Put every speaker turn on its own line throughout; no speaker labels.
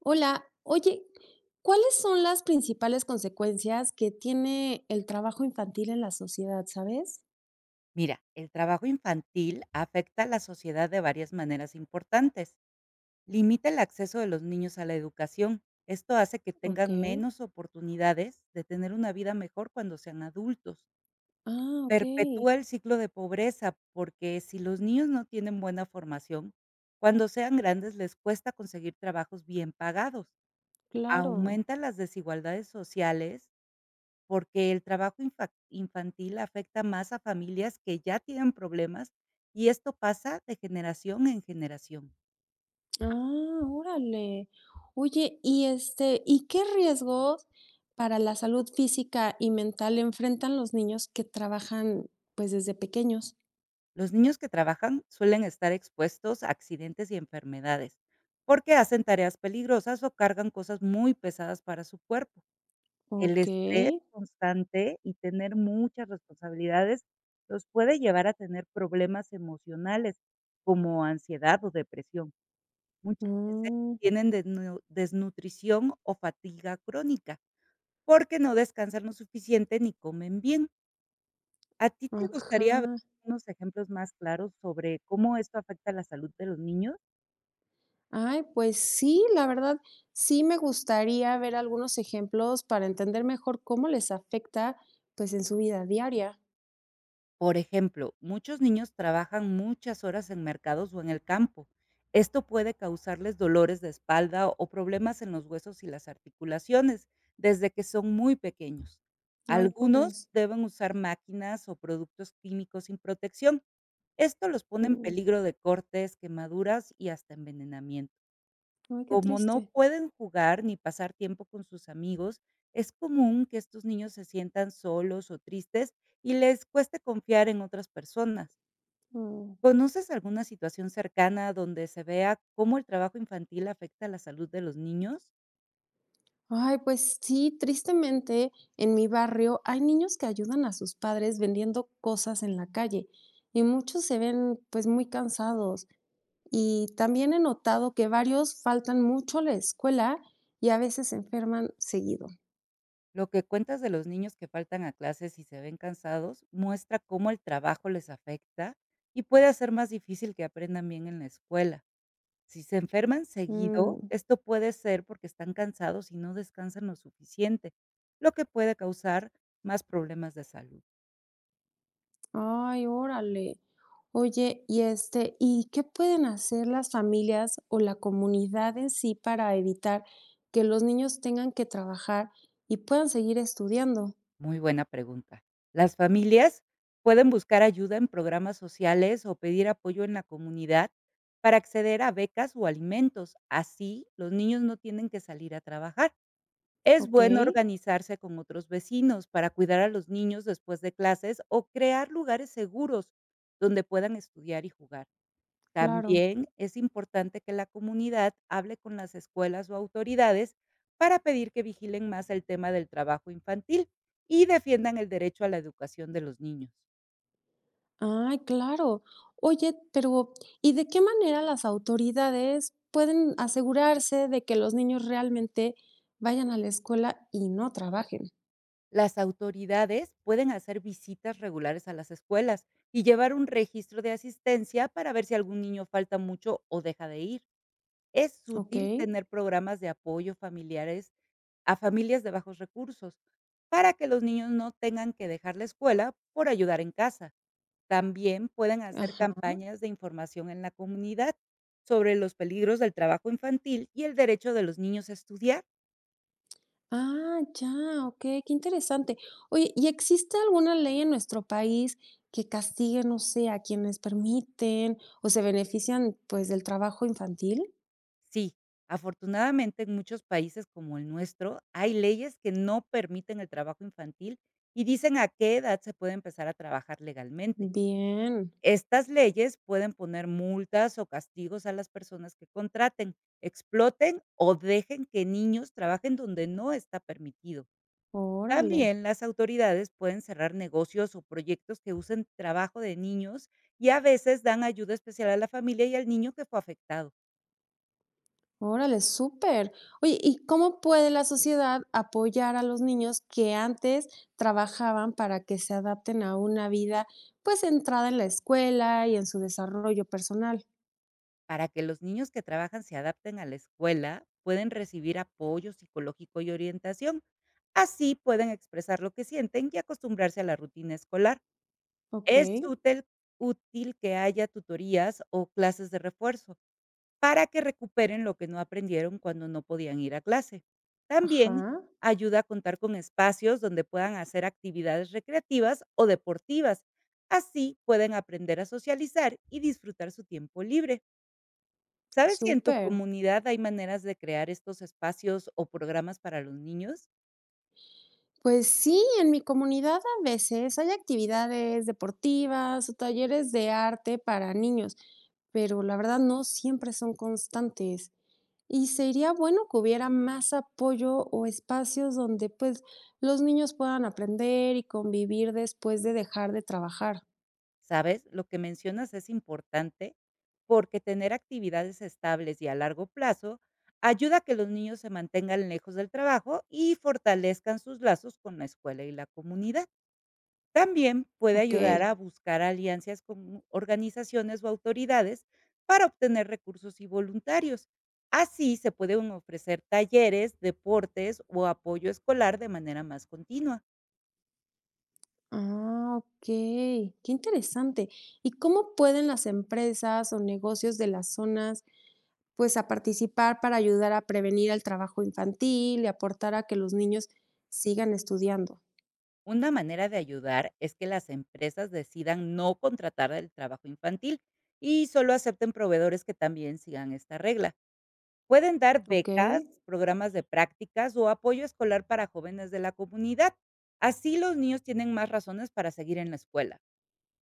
Hola, oye, ¿cuáles son las principales consecuencias que tiene el trabajo infantil en la sociedad, sabes?
Mira, el trabajo infantil afecta a la sociedad de varias maneras importantes. Limita el acceso de los niños a la educación. Esto hace que
Ok.
tengan menos oportunidades de tener una vida mejor cuando sean adultos.
Ah, ok,
Perpetúa el ciclo de pobreza porque si los niños no tienen buena formación, cuando sean grandes les cuesta conseguir trabajos bien pagados.
claro.
Aumenta las desigualdades sociales porque el trabajo infantil afecta más a familias que ya tienen problemas, y esto pasa de generación en generación.
Ah, órale. Oye, y ¿y qué riesgos para la salud física y mental enfrentan los niños que trabajan pues desde pequeños?
Los niños que trabajan suelen estar expuestos a accidentes y enfermedades, porque hacen tareas peligrosas o cargan cosas muy pesadas para su cuerpo. El
Ok.
estrés constante y tener muchas responsabilidades los puede llevar a tener problemas emocionales, como ansiedad o depresión. Muchas veces
Mm,
tienen desnutrición o fatiga crónica, porque no descansan lo suficiente ni comen bien. ¿A ti te
ajá.
gustaría ver unos ejemplos más claros sobre cómo esto afecta la salud de los niños?
Ay, pues sí, la verdad, sí me gustaría ver algunos ejemplos para entender mejor cómo les afecta, pues, en su vida diaria.
Por ejemplo, muchos niños trabajan muchas horas en mercados o en el campo. Esto puede causarles dolores de espalda o problemas en los huesos y las articulaciones desde que son muy pequeños.
Ay,
Algunos
pobres.
deben usar máquinas o productos químicos sin protección. Esto los pone en
Mm,
peligro de cortes, quemaduras y hasta envenenamiento.
ay, qué
Como no
triste.
pueden jugar ni pasar tiempo con sus amigos, es común que estos niños se sientan solos o tristes y les cueste confiar en otras personas.
Mm.
¿Conoces alguna situación cercana donde se vea cómo el trabajo infantil afecta la salud de los niños?
Ay, pues sí, tristemente, en mi barrio hay niños que ayudan a sus padres vendiendo cosas en la calle y muchos se ven, pues, muy cansados. Y también he notado que varios faltan mucho a la escuela y a veces se enferman seguido.
Lo que cuentas de los niños que faltan a clases y se ven cansados muestra cómo el trabajo les afecta y puede hacer más difícil que aprendan bien en la escuela. Si se enferman seguido,
Mm.
esto puede ser porque están cansados y no descansan lo suficiente, lo que puede causar más problemas de salud.
Ay, órale. Oye, y ¿y qué pueden hacer las familias o la comunidad en sí para evitar que los niños tengan que trabajar y puedan seguir estudiando?
Muy buena pregunta. Las familias pueden buscar ayuda en programas sociales o pedir apoyo en la comunidad para acceder a becas o alimentos. Así, los niños no tienen que salir a trabajar. Es
Ok,
bueno organizarse con otros vecinos para cuidar a los niños después de clases o crear lugares seguros donde puedan estudiar y jugar.
claro.
También es importante que la comunidad hable con las escuelas o autoridades para pedir que vigilen más el tema del trabajo infantil y defiendan el derecho a la educación de los niños.
Ay, claro. Oye, pero ¿y de qué manera las autoridades pueden asegurarse de que los niños realmente vayan a la escuela y no trabajen?
Las autoridades pueden hacer visitas regulares a las escuelas y llevar un registro de asistencia para ver si algún niño falta mucho o deja de ir. Es
Ok,
útil tener programas de apoyo familiares a familias de bajos recursos para que los niños no tengan que dejar la escuela por ayudar en casa. También pueden hacer
ajá.
campañas de información en la comunidad sobre los peligros del trabajo infantil y el derecho de los niños a estudiar.
Ah, ya, okey, qué interesante. Oye, ¿y existe alguna ley en nuestro país que castigue, no sé, a quienes permiten o se benefician, pues, del trabajo infantil?
Sí, afortunadamente en muchos países como el nuestro hay leyes que no permiten el trabajo infantil y dicen a qué edad se puede empezar a trabajar legalmente.
Bien,
Estas leyes pueden poner multas o castigos a las personas que contraten, exploten o dejen que niños trabajen donde no está permitido.
órale,
También las autoridades pueden cerrar negocios o proyectos que usen trabajo de niños y a veces dan ayuda especial a la familia y al niño que fue afectado.
órale, súper. Oye, ¿y cómo puede la sociedad apoyar a los niños que antes trabajaban para que se adapten a una vida, pues, centrada en la escuela y en su desarrollo personal?
Para que los niños que trabajan se adapten a la escuela, pueden recibir apoyo psicológico y orientación. Así pueden expresar lo que sienten y acostumbrarse a la rutina escolar. Es
Okey,
útil, útil que haya tutorías o clases de refuerzo para que recuperen lo que no aprendieron cuando no podían ir a clase. También
ajá,
ayuda a contar con espacios donde puedan hacer actividades recreativas o deportivas. Así pueden aprender a socializar y disfrutar su tiempo libre. ¿Sabes si en tu
súper.
comunidad hay maneras de crear estos espacios o programas para los niños?
Pues sí, en mi comunidad a veces hay actividades deportivas o talleres de arte para niños, pero la verdad no siempre son constantes. Y sería bueno que hubiera más apoyo o espacios donde pues los niños puedan aprender y convivir después de dejar de trabajar.
¿Sabes? Lo que mencionas es importante porque tener actividades estables y a largo plazo ayuda a que los niños se mantengan lejos del trabajo y fortalezcan sus lazos con la escuela y la comunidad. También puede
Ok.
ayudar a buscar alianzas con organizaciones o autoridades para obtener recursos y voluntarios. Así se pueden ofrecer talleres, deportes o apoyo escolar de manera más continua.
Ah, ok. Qué interesante. ¿Y cómo pueden las empresas o negocios de las zonas pues a participar para ayudar a prevenir el trabajo infantil y aportar a que los niños sigan estudiando?
Una manera de ayudar es que las empresas decidan no contratar el trabajo infantil y solo acepten proveedores que también sigan esta regla. Pueden dar
Ok,
becas, programas de prácticas o apoyo escolar para jóvenes de la comunidad. Así los niños tienen más razones para seguir en la escuela.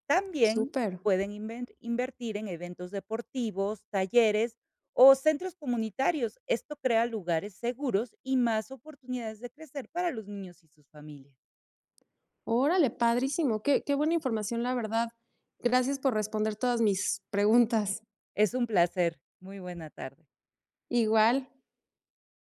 También
súper.
pueden invertir en eventos deportivos, talleres o centros comunitarios. Esto crea lugares seguros y más oportunidades de crecer para los niños y sus familias.
Órale, padrísimo. Qué, qué buena información, la verdad. Gracias por responder todas mis preguntas.
Es un placer. Muy buena tarde.
Igual.